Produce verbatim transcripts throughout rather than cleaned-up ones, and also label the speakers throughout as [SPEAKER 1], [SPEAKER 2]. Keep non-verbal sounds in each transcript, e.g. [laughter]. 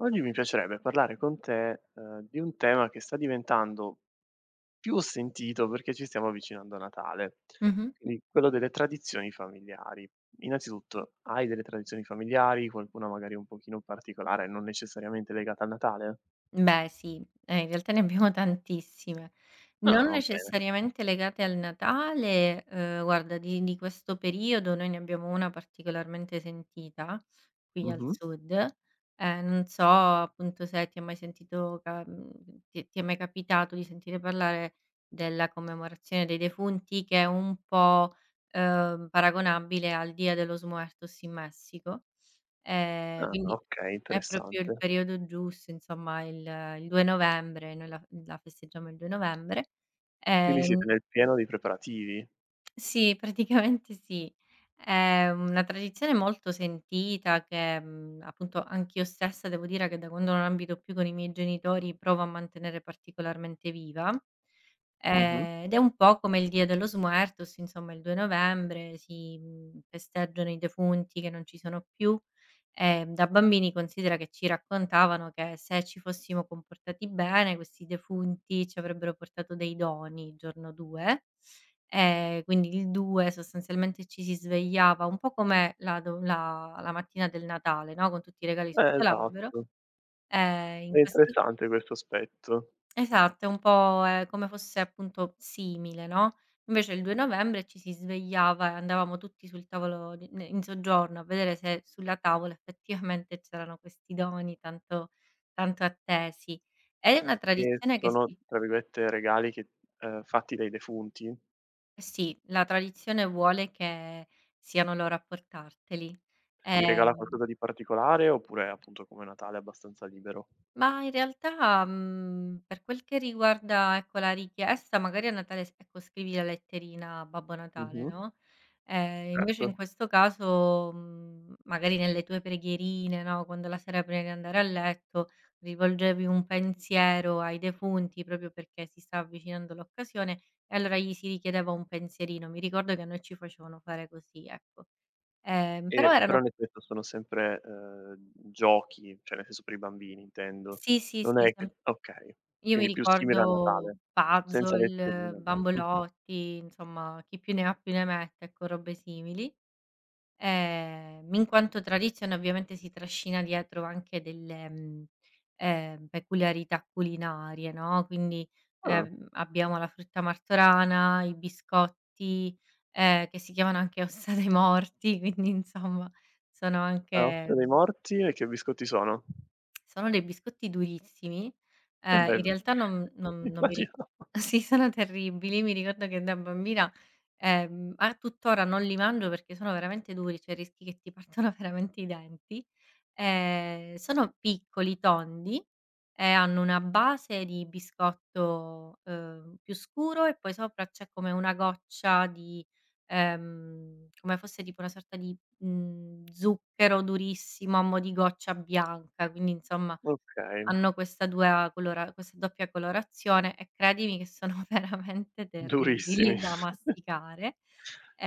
[SPEAKER 1] Oggi mi piacerebbe parlare con te, ehm, di un tema che sta diventando più sentito perché ci stiamo avvicinando a Natale,
[SPEAKER 2] Mh-mh.
[SPEAKER 1] quindi quello delle tradizioni familiari. Innanzitutto, hai delle tradizioni familiari? Qualcuna magari un pochino particolare, non necessariamente legata al Natale?
[SPEAKER 2] Beh, sì, eh, in realtà ne abbiamo [laughs] tantissime.
[SPEAKER 1] Ah,
[SPEAKER 2] Non
[SPEAKER 1] va bene.
[SPEAKER 2] necessariamente legate al Natale, uhm, guarda, di di questo periodo noi ne abbiamo una particolarmente sentita qui al
[SPEAKER 1] Mh-mh.
[SPEAKER 2] sud. Ehm, non so appunto se ti è mai sentito ca mhmm, ti ti è mai capitato di sentire parlare della commemorazione dei defunti, che è un po', uhm, paragonabile al Día de los Muertos in Messico? Ehm,
[SPEAKER 1] Ah,
[SPEAKER 2] quindi
[SPEAKER 1] okay,
[SPEAKER 2] è proprio
[SPEAKER 1] interessante.
[SPEAKER 2] il periodo giusto, insomma il il due novembre, noi la la festeggiamo il due novembre.
[SPEAKER 1] Quindi
[SPEAKER 2] Ehm
[SPEAKER 1] siete nel pieno dei preparativi?
[SPEAKER 2] sì, praticamente sì. È una tradizione molto sentita che, mhmm, appunto anch'io stessa devo dire che da quando non abito più con i miei genitori provo a mantenere particolarmente viva.
[SPEAKER 1] Mh-mh.
[SPEAKER 2] Ehm, ed è un po' come il Dia de los Muertos, insomma il due novembre si, mhmm, festeggiano i defunti che non ci sono più. Ehm, da bambini considera che ci raccontavano che, se ci fossimo comportati bene, questi defunti ci avrebbero portato dei doni il giorno due. Ehm, quindi il due sostanzialmente ci si svegliava un po' come la do la la mattina del Natale, no, con tutti i regali
[SPEAKER 1] Eh,
[SPEAKER 2] sotto l'albero,
[SPEAKER 1] esatto.
[SPEAKER 2] ehm,
[SPEAKER 1] È
[SPEAKER 2] in questo
[SPEAKER 1] interessante questo aspetto.
[SPEAKER 2] esatto, è un po' è come fosse appunto simile, no, invece il due novembre ci si svegliava e andavamo tutti sul tavolo di n in soggiorno a vedere se sulla tavola effettivamente c'erano questi doni tanto tanto attesi. È una
[SPEAKER 1] E
[SPEAKER 2] tradizione che
[SPEAKER 1] sono,
[SPEAKER 2] si...
[SPEAKER 1] tra virgolette, regali che ehm, fatti dai defunti?
[SPEAKER 2] Sì, la tradizione vuole che siano loro a portarteli.
[SPEAKER 1] Si regala
[SPEAKER 2] Ehm,
[SPEAKER 1] qualcosa di particolare oppure, appunto, come Natale abbastanza libero?
[SPEAKER 2] ma in realtà, mhmm, per quel che riguarda, ecco, la richiesta, magari a Natale s ecco, scrivi la letterina a Babbo Natale,
[SPEAKER 1] Mh-mh.
[SPEAKER 2] no, ehm, invece
[SPEAKER 1] Certo.
[SPEAKER 2] in questo caso, mhmm, magari nelle tue preghierine, no, quando la sera prima di andare a letto rivolgevi un pensiero ai defunti, proprio perché si sta avvicinando l'occasione e allora gli si richiedeva un pensierino. Mi ricordo che a noi ci facevano fare così, ecco. Ehm,
[SPEAKER 1] E
[SPEAKER 2] però
[SPEAKER 1] però
[SPEAKER 2] erano
[SPEAKER 1] nel senso sono sempre, ehm, giochi, cioè nel senso per i bambini intendo.
[SPEAKER 2] sì, sì,
[SPEAKER 1] Non
[SPEAKER 2] sì,
[SPEAKER 1] è che
[SPEAKER 2] sem
[SPEAKER 1] okay,
[SPEAKER 2] io mi
[SPEAKER 1] quindi più simile a
[SPEAKER 2] ricordo
[SPEAKER 1] Natale, senza
[SPEAKER 2] puzzle,
[SPEAKER 1] letterina ma mh-mh.
[SPEAKER 2] bambolotti, insomma chi più ne ha più ne metta, ecco, robe simili. Ehm, in quanto tradizione ovviamente si trascina dietro anche delle, mhmm, ehm, peculiarità culinarie, no, quindi,
[SPEAKER 1] Ah,
[SPEAKER 2] ehm, abbiamo la frutta martorana, i biscotti, ehm, che si chiamano anche [laughs] ossa dei morti, quindi insomma sono
[SPEAKER 1] a Ossa
[SPEAKER 2] anche,
[SPEAKER 1] dei
[SPEAKER 2] mhmm,
[SPEAKER 1] Morti e che biscotti sono?
[SPEAKER 2] Sono dei biscotti durissimi. Mh.
[SPEAKER 1] Eh
[SPEAKER 2] Ehm,
[SPEAKER 1] beh,
[SPEAKER 2] in realtà non
[SPEAKER 1] [laughs]
[SPEAKER 2] non non mi ri
[SPEAKER 1] immaginavo.
[SPEAKER 2] [laughs] sì, sono terribili. Mi ricordo che da bambina, ehm, a tuttora non li mangio perché sono veramente duri, cioè rischi che ti partano [laughs] veramente i denti. Ehm, sono piccoli, tondi, e hanno una base di biscotto, ehm, più scuro, e poi sopra c'è come una goccia di, ehm, come fosse tipo una sorta di, Mhmm, zucchero durissimo a mo' di goccia bianca, quindi insomma
[SPEAKER 1] Okay,
[SPEAKER 2] hanno questa dua colora questa doppia colorazione, e credimi che sono [laughs] veramente
[SPEAKER 1] durissimi.
[SPEAKER 2] terribili
[SPEAKER 1] [laughs]
[SPEAKER 2] da masticare.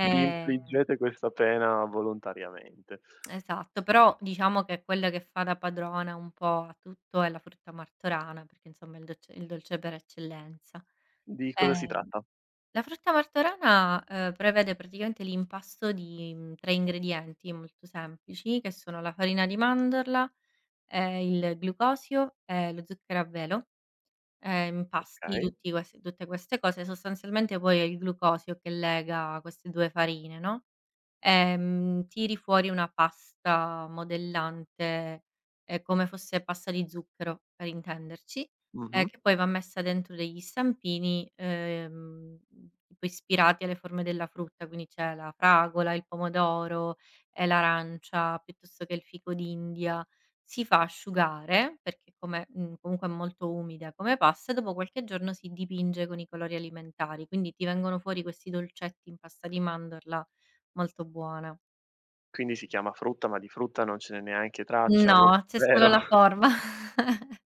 [SPEAKER 1] Vi infliggete questa pena volontariamente.
[SPEAKER 2] esatto, però diciamo che quella che fa da padrona un po' a tutto è la frutta martorana, perché insomma è il dolce, il dolce per eccellenza.
[SPEAKER 1] Di cosa si
[SPEAKER 2] Ehm
[SPEAKER 1] tratta?
[SPEAKER 2] La frutta martorana, ehm, prevede praticamente l'impasto di, mhmm, tre ingredienti molto semplici, che sono la farina di mandorla, ehm, il glucosio e lo zucchero a velo. Ehm, impasti
[SPEAKER 1] Okay.
[SPEAKER 2] tutti questi tutte queste cose, sostanzialmente poi è il glucosio che lega queste due farine, no? Ehm, tiri fuori una pasta modellante, ehm, come fosse pasta di zucchero, per intenderci, ehm,
[SPEAKER 1] Mh-mh.
[SPEAKER 2] che poi va messa dentro degli stampini, ehm, tipo ispirati alle forme della frutta, quindi c'è la fragola, il pomodoro, ehm, l'arancia, piuttosto che il fico d'India. Si fa asciugare, perché come mhmm, comunque è molto umida come pasta, e dopo qualche giorno si dipinge con i colori alimentari, quindi ti vengono fuori questi dolcetti in pasta di mandorla. Molto buona.
[SPEAKER 1] Quindi si chiama frutta, ma di frutta non ce n'è neanche traccia,
[SPEAKER 2] No,
[SPEAKER 1] proprio [laughs]
[SPEAKER 2] c'è solo
[SPEAKER 1] zero.
[SPEAKER 2] la forma. [laughs]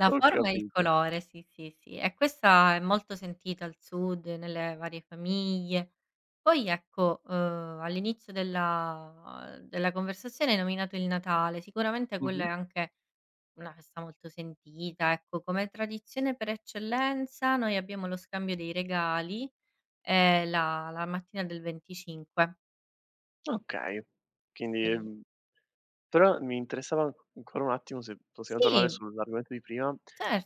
[SPEAKER 2] La
[SPEAKER 1] Ho
[SPEAKER 2] forma e il
[SPEAKER 1] capito.
[SPEAKER 2] colore, sì, sì, sì. E questa è molto sentita al sud, nelle varie famiglie. Poi ecco, uhm, all'inizio della della conversazione hai nominato il Natale, sicuramente quella
[SPEAKER 1] Mh-mh.
[SPEAKER 2] è anche una festa molto sentita, ecco. Come tradizione per eccellenza noi abbiamo lo scambio dei regali, ehm, la la mattina del venticinque.
[SPEAKER 1] Okay. Quindi,
[SPEAKER 2] Sì.
[SPEAKER 1] ehm però mi interessava anc ancora un attimo, se possiamo tornare
[SPEAKER 2] Sì,
[SPEAKER 1] sull'argomento di prima,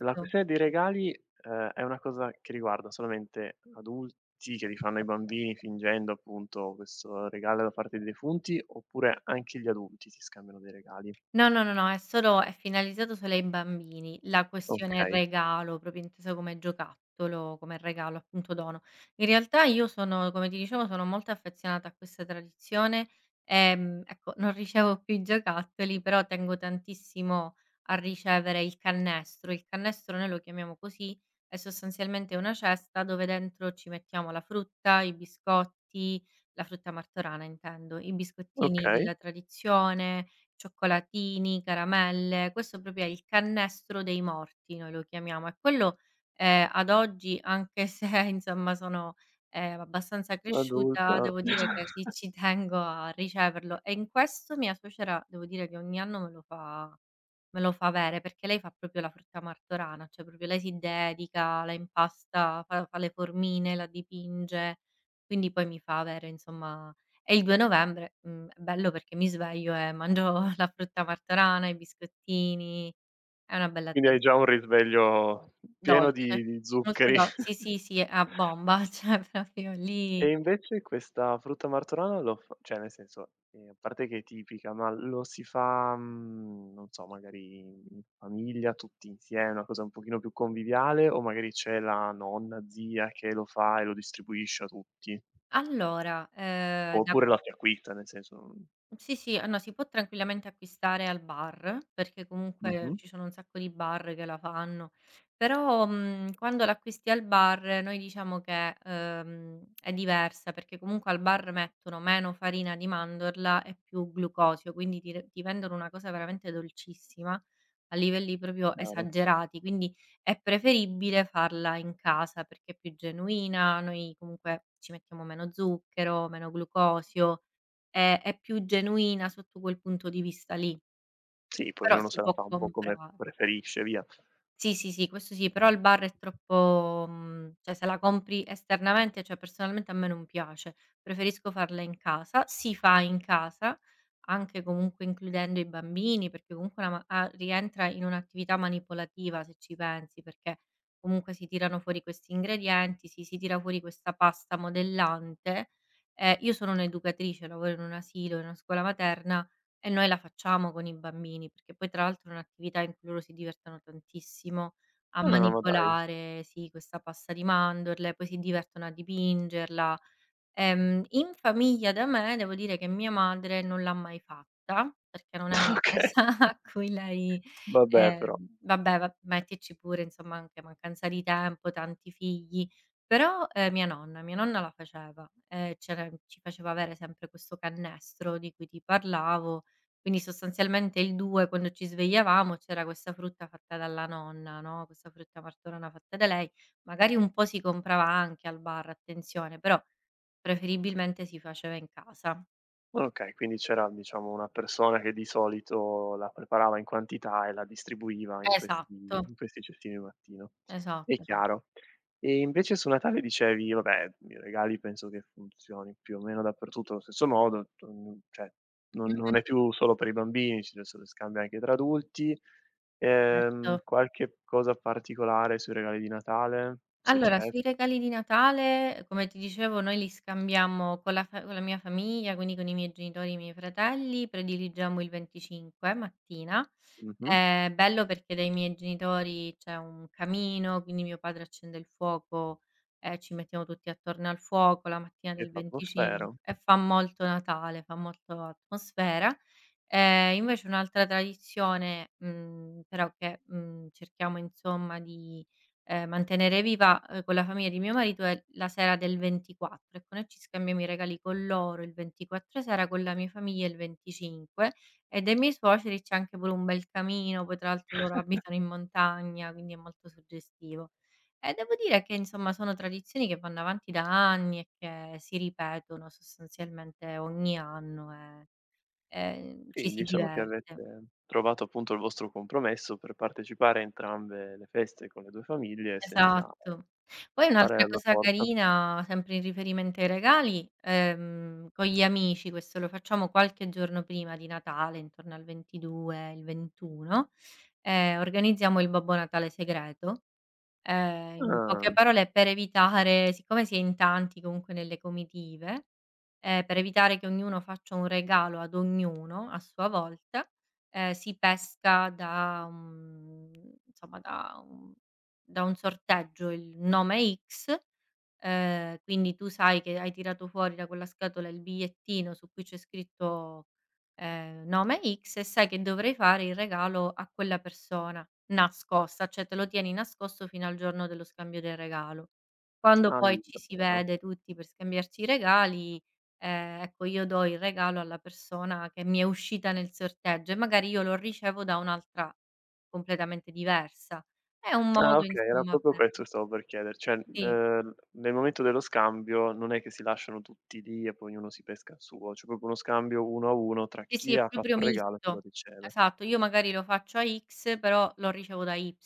[SPEAKER 1] la questione dei regali, ehm, è una cosa che riguarda solamente adulti che li fanno ai bambini fingendo appunto questo regalo da parte dei defunti, oppure anche gli adulti si scambiano dei regali?
[SPEAKER 2] No, no, no, no, è solo... è finalizzato solo ai bambini. La questione, okay,
[SPEAKER 1] Okay,
[SPEAKER 2] regalo, proprio intesa come giocattolo, come regalo, appunto dono. In realtà io sono, come ti dicevo, sono molto affezionata a questa tradizione, ehm, ecco, non ricevo più i giocattoli, però tengo tantissimo a ricevere il cannestro. Il cannestro noi lo chiamiamo così, è sostanzialmente una cesta dove dentro ci mettiamo la frutta, i biscotti, la frutta martorana intendo, i biscottini
[SPEAKER 1] okay,
[SPEAKER 2] della tradizione, cioccolatini, caramelle, questo proprio è il "cannestro dei morti" noi lo chiamiamo, e quello, ehm, ad oggi, anche se [laughs] insomma sono, ehm, abbastanza
[SPEAKER 1] adulta.
[SPEAKER 2] cresciuta, devo dire che sì, ci tengo a riceverlo, e in questo mia suocera devo dire che ogni anno me lo fa me lo fa avere, perché lei fa proprio la frutta martorana, cioè proprio lei si dedica, la impasta, fa fa le formine, la dipinge, quindi poi mi fa avere insomma, e il due novembre, mhmm, è bello perché mi sveglio e mangio [laughs] la frutta martorana, i biscottini, è una bella
[SPEAKER 1] Quindi hai già un
[SPEAKER 2] tradizione.
[SPEAKER 1] risveglio pieno
[SPEAKER 2] Dolce,
[SPEAKER 1] di di
[SPEAKER 2] molto
[SPEAKER 1] zuccheri.
[SPEAKER 2] do sì, sì,
[SPEAKER 1] [laughs]
[SPEAKER 2] sì, a bomba, [laughs] cioè proprio
[SPEAKER 1] E
[SPEAKER 2] lì.
[SPEAKER 1] invece questa frutta martorana lo f cioè nel senso, ehm, a parte che è tipica, ma lo si fa, mhmm, non so, magari in famiglia, tutti insieme, una cosa un pochino più conviviale o magari c'è la nonna, zia che lo fa e lo distribuisce a tutti?
[SPEAKER 2] Allora, ehm, da
[SPEAKER 1] Oppure
[SPEAKER 2] qua
[SPEAKER 1] la si acquista, nel senso non
[SPEAKER 2] Sì, sì, ah no, si può tranquillamente acquistare al bar, perché comunque
[SPEAKER 1] mh-mh,
[SPEAKER 2] ci sono un sacco di bar che la fanno, però, mhmm, quando l'acquisti al bar noi diciamo che, ehm, è diversa, perché comunque al bar mettono meno farina di mandorla e più glucosio, quindi ti re ti vendono una cosa veramente dolcissima, a livelli proprio
[SPEAKER 1] chiaro.
[SPEAKER 2] esagerati, quindi è preferibile farla in casa perché è più genuina, noi comunque ci mettiamo meno zucchero, meno glucosio, è... è più genuina sotto quel punto di vista lì,
[SPEAKER 1] Sì, poi
[SPEAKER 2] però
[SPEAKER 1] ognuno
[SPEAKER 2] si
[SPEAKER 1] se la
[SPEAKER 2] può
[SPEAKER 1] fa un po' come
[SPEAKER 2] compra
[SPEAKER 1] preferisce, via.
[SPEAKER 2] sì, sì, sì, questo sì, però al bar è troppo, mhmm, cioè se la compri esternamente, cioè personalmente a me non piace. Preferisco farla in casa, si fa in casa, anche comunque includendo i bambini, perché comunque una ma a rientra in un'attività manipolativa, se ci pensi, perché comunque si tirano fuori questi ingredienti, si si tira fuori questa pasta modellante. Ehm, io sono un'educatrice, lavoro in un asilo, in una scuola materna, e noi la facciamo con i bambini, perché poi tra l'altro è un'attività in cui loro si divertono tantissimo a Mh.
[SPEAKER 1] Ah, ma dai,
[SPEAKER 2] manipolare, sì, questa pasta di mandorle, poi si divertono a dipingerla. Ehm, in famiglia da me devo dire che mia madre non l'ha mai fatta, perché non è
[SPEAKER 1] [laughs]
[SPEAKER 2] una
[SPEAKER 1] okay,
[SPEAKER 2] cosa [laughs] a cui lei...
[SPEAKER 1] vabbè però.
[SPEAKER 2] ehm, vabbè, va, mettici pure insomma anche mancanza di tempo, tanti figli, però, ehm, mia nonna mia nonna la faceva, ehm, c'era ci faceva avere sempre questo cannestro di cui ti parlavo, quindi sostanzialmente il due, quando ci svegliavamo, c'era questa frutta fatta dalla nonna, no, questa frutta martorana fatta da lei, magari un po' si comprava anche al bar, attenzione, però preferibilmente si faceva in casa.
[SPEAKER 1] Okay, quindi c'era diciamo una persona che di solito la preparava in quantità e la distribuiva in
[SPEAKER 2] Ecco.
[SPEAKER 1] questi
[SPEAKER 2] Esatto,
[SPEAKER 1] in questi cestini al mattino.
[SPEAKER 2] esatto,
[SPEAKER 1] È
[SPEAKER 2] esa
[SPEAKER 1] chiaro. E invece su Natale dicevi: "Vabbè, i regali penso che funzioni più o meno dappertutto allo stesso modo, mhmm, cioè non non è
[SPEAKER 2] Mh-mh.
[SPEAKER 1] più solo per i bambini, ci adesso lo scambio anche tra adulti."
[SPEAKER 2] Certo.
[SPEAKER 1] Ehm, qualche cosa particolare sui regali di Natale, se
[SPEAKER 2] Allora,
[SPEAKER 1] c'è?
[SPEAKER 2] sui regali di Natale, come ti dicevo, noi li scambiamo con la fa con la mia famiglia, quindi con i miei genitori e i miei fratelli, prediligiamo il venticinque mattina.
[SPEAKER 1] Mh-mh.
[SPEAKER 2] È bello perché dai miei genitori c'è un camino, quindi mio padre accende il fuoco e ci mettiamo tutti attorno al fuoco la mattina
[SPEAKER 1] Che
[SPEAKER 2] del
[SPEAKER 1] fa atmosfera.
[SPEAKER 2] venticinque, e fa molto Natale, fa molto atmosfera. Ehm, invece un'altra tradizione, mhmm, però che, mhmm, cerchiamo insomma di, ehm, mantenere viva, uhm, con la famiglia di mio marito, è la sera del ventiquattro, e con noi... ci scambiamo i regali con loro il ventiquattro sera, con la mia famiglia il venticinque, e dai miei suoceri c'è anche pure un bel camino, poi tra l'altro loro abitano in montagna, quindi è molto suggestivo. E devo dire che insomma sono tradizioni che vanno avanti da anni e che si ripetono sostanzialmente ogni anno, eh. e, ehm, ci
[SPEAKER 1] Quindi
[SPEAKER 2] si
[SPEAKER 1] diciamo che
[SPEAKER 2] diverte.
[SPEAKER 1] avete trovato appunto il vostro compromesso per partecipare a entrambe le feste con le due famiglie senza
[SPEAKER 2] Esatto. Poi
[SPEAKER 1] fare
[SPEAKER 2] un'altra
[SPEAKER 1] alla
[SPEAKER 2] cosa
[SPEAKER 1] forza.
[SPEAKER 2] carina, sempre in riferimento ai regali, ehm, con gli amici, questo lo facciamo qualche giorno prima di Natale, intorno al ventidue, il ventuno, ehm, organizziamo il Babbo Natale segreto. Ehm, in poche
[SPEAKER 1] Ah,
[SPEAKER 2] parole, per evitare... siccome si è in tanti comunque nelle comitive, ehm, per evitare che ognuno faccia un regalo ad ognuno a sua volta, ehm, si pesca da un insomma da un da un sorteggio il nome X. Ehm, quindi tu sai che hai tirato fuori da quella scatola il bigliettino su cui c'è scritto, ehm, nome X, e sai che dovrai fare il regalo a quella persona nascosta, cioè te lo tieni nascosto fino al giorno dello scambio del regalo. Quando poi ci si
[SPEAKER 1] allora.
[SPEAKER 2] vede tutti per scambiarci i regali, ehm, ecco, io do il regalo alla persona che mi è uscita nel sorteggio, e magari io lo ricevo da un'altra completamente diversa. È un
[SPEAKER 1] Ah
[SPEAKER 2] modo
[SPEAKER 1] okay, era
[SPEAKER 2] insomma
[SPEAKER 1] proprio
[SPEAKER 2] per
[SPEAKER 1] questo che stavo per chiedere, cioè,
[SPEAKER 2] sì.
[SPEAKER 1] ehm, nel momento dello scambio non è che si lasciano tutti lì e poi ognuno si pesca il suo, c'è proprio uno scambio uno a uno tra
[SPEAKER 2] Sì, sì,
[SPEAKER 1] chi
[SPEAKER 2] è
[SPEAKER 1] ha fatto
[SPEAKER 2] proprio
[SPEAKER 1] il regalo e chi lo
[SPEAKER 2] misto.
[SPEAKER 1] riceve.
[SPEAKER 2] Esatto, io magari lo faccio a X, però lo ricevo da Y.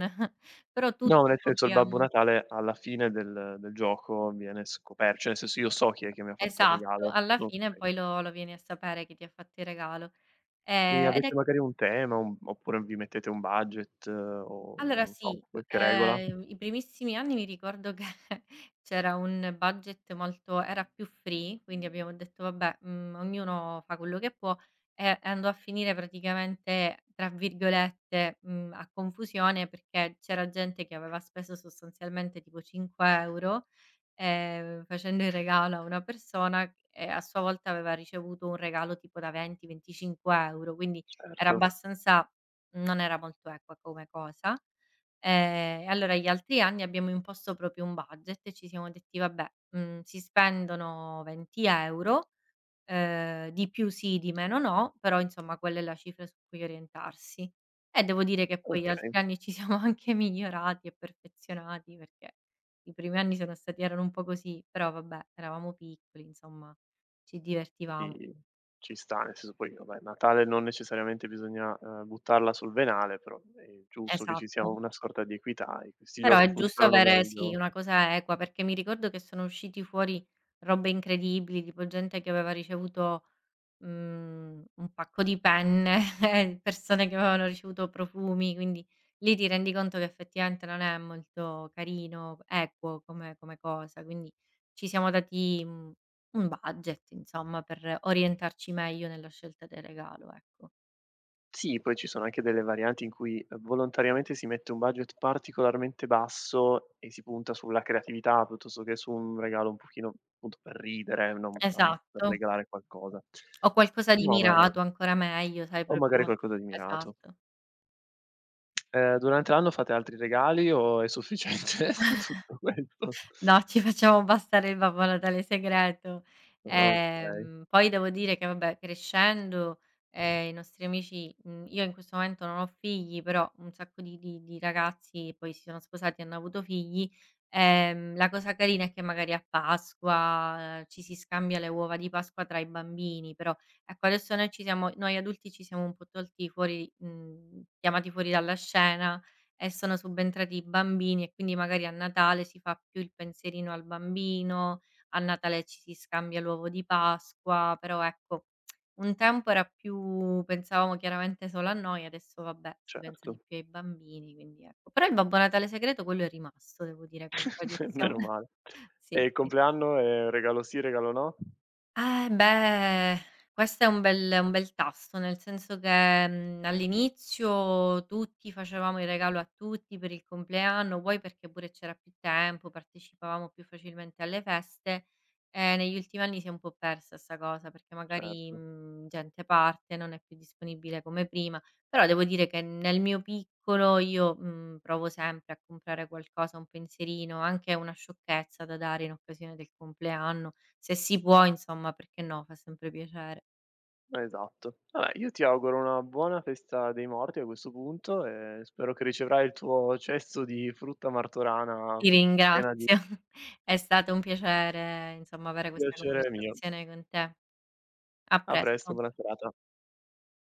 [SPEAKER 2] [laughs] Però
[SPEAKER 1] No,
[SPEAKER 2] tutti
[SPEAKER 1] nel senso il Babbo
[SPEAKER 2] copriamo...
[SPEAKER 1] Natale alla fine del del gioco viene scoper cioè nel senso io so chi è che mi ha fatto il
[SPEAKER 2] esatto,
[SPEAKER 1] regalo.
[SPEAKER 2] alla fine
[SPEAKER 1] Okay.
[SPEAKER 2] poi lo lo vieni a sapere chi ti ha fatto il regalo.
[SPEAKER 1] E
[SPEAKER 2] Ehm, ed
[SPEAKER 1] avete
[SPEAKER 2] è
[SPEAKER 1] magari un tema, un oppure vi mettete un budget eh, o
[SPEAKER 2] Allora
[SPEAKER 1] non so,
[SPEAKER 2] sì,
[SPEAKER 1] qualche regola?
[SPEAKER 2] ehm, i primissimi anni mi ricordo che [laughs] c'era un budget molto... era più free, quindi abbiamo detto: "Vabbè, mhmm, ognuno fa quello che può", e andò a finire praticamente, tra virgolette, mhmm, a confusione, perché c'era gente che aveva speso sostanzialmente tipo cinque euro €, ehm, facendo il regalo a una persona, e a sua volta aveva ricevuto un regalo tipo da venti, venticinque euro €, quindi era
[SPEAKER 1] Certo,
[SPEAKER 2] abbastanza... non era molto equa come cosa. Ehm, e allora gli altri anni abbiamo imposto proprio un budget e ci siamo detti: "Vabbè, mhmm, si spendono venti euro €, ehm, di più sì, di meno no, però insomma quella è la cifra su cui orientarsi". E devo dire che poi gli
[SPEAKER 1] okay,
[SPEAKER 2] altri anni ci siamo [laughs] anche migliorati e perfezionati, perché i primi anni sono stati erano un po' così, però vabbè, eravamo piccoli, insomma ci divertivamo.
[SPEAKER 1] sì, ci sta, nel senso poi vabbè, Natale non necessariamente bisogna, ehm, buttarla sul venale, però è giusto che ci sia
[SPEAKER 2] Esatto.
[SPEAKER 1] una sorta di equità e questi
[SPEAKER 2] Però
[SPEAKER 1] giochi
[SPEAKER 2] è giusto
[SPEAKER 1] funzionano
[SPEAKER 2] avere sì,
[SPEAKER 1] meglio.
[SPEAKER 2] una cosa equa, perché mi ricordo che sono usciti fuori robe incredibili, tipo gente che aveva ricevuto, mhmm, un pacco di penne, [laughs] persone che avevano ricevuto profumi, quindi lì ti rendi conto che effettivamente non è molto carino, equo come come cosa. Quindi ci siamo dati, mhmm, un budget insomma per orientarci meglio nella scelta del regalo, ecco.
[SPEAKER 1] Sì, poi ci sono anche delle varianti in cui eh, volontariamente si mette un budget particolarmente basso e si punta sulla creatività piuttosto che su un regalo un pochino appunto per ridere, non tanto per
[SPEAKER 2] Esatto,
[SPEAKER 1] regalare qualcosa.
[SPEAKER 2] o qualcosa di
[SPEAKER 1] No, ma è
[SPEAKER 2] mirato, ancora meglio, sai
[SPEAKER 1] o magari
[SPEAKER 2] proprio...
[SPEAKER 1] qualcosa di mirato.
[SPEAKER 2] esatto.
[SPEAKER 1] Ehm, durante l'anno fate altri regali o è sufficiente [laughs] tutto questo?
[SPEAKER 2] No, ci facciamo bastare il Babbo Natale segreto.
[SPEAKER 1] Okay,
[SPEAKER 2] Ehm, poi devo dire che vabbè, crescendo, ehm, i nostri amici, mhmm, io in questo momento non ho figli, però un sacco di di di ragazzi poi si sono sposati e hanno avuto figli, ehm, la cosa carina è che magari a Pasqua, ehm, ci si scambia le uova di Pasqua tra i bambini, però ecco, adesso noi ci siamo... noi adulti ci siamo un po' tolti fuori, mhmm, chiamati fuori dalla scena, e sono subentrati i bambini, e quindi magari a Natale si fa più il pensierino al bambino, a Natale ci si scambia l'uovo di Pasqua, però ecco, un tempo era più... pensavamo chiaramente solo a noi, adesso vabbè, si pensa di
[SPEAKER 1] certo.
[SPEAKER 2] più ai bambini, quindi ecco. Però il Babbo Natale segreto quello è rimasto, devo dire, come
[SPEAKER 1] [laughs] Meno
[SPEAKER 2] tradizione.
[SPEAKER 1] male.
[SPEAKER 2] [laughs]
[SPEAKER 1] E
[SPEAKER 2] Sì,
[SPEAKER 1] il
[SPEAKER 2] sì.
[SPEAKER 1] compleanno è regalo sì, regalo no?
[SPEAKER 2] Eh beh, questo è un bel... un bel tasto, nel senso che, mhmm, all'inizio tutti facevamo il regalo a tutti per il compleanno, poi perché pure c'era più tempo, partecipavamo più facilmente alle feste, e negli ultimi anni si è un po' persa 'sta cosa, perché magari,
[SPEAKER 1] Certo.
[SPEAKER 2] mhmm, gente parte, non è più disponibile come prima. Però devo dire che nel mio piccolo io, mhmm, provo sempre a comprare qualcosa, un pensierino, anche una sciocchezza da dare in occasione del compleanno, se si può, insomma, perché no, fa sempre piacere.
[SPEAKER 1] Esatto. Vabbè, io ti auguro una buona festa dei morti a questo punto e spero che riceverai il tuo cesto di frutta martorana
[SPEAKER 2] Ti
[SPEAKER 1] piena
[SPEAKER 2] ringrazio.
[SPEAKER 1] di
[SPEAKER 2] [laughs] È stato un piacere, insomma, avere questa
[SPEAKER 1] piacere mio.
[SPEAKER 2] conversazione con te. A
[SPEAKER 1] A presto,
[SPEAKER 2] presto.
[SPEAKER 1] buona serata.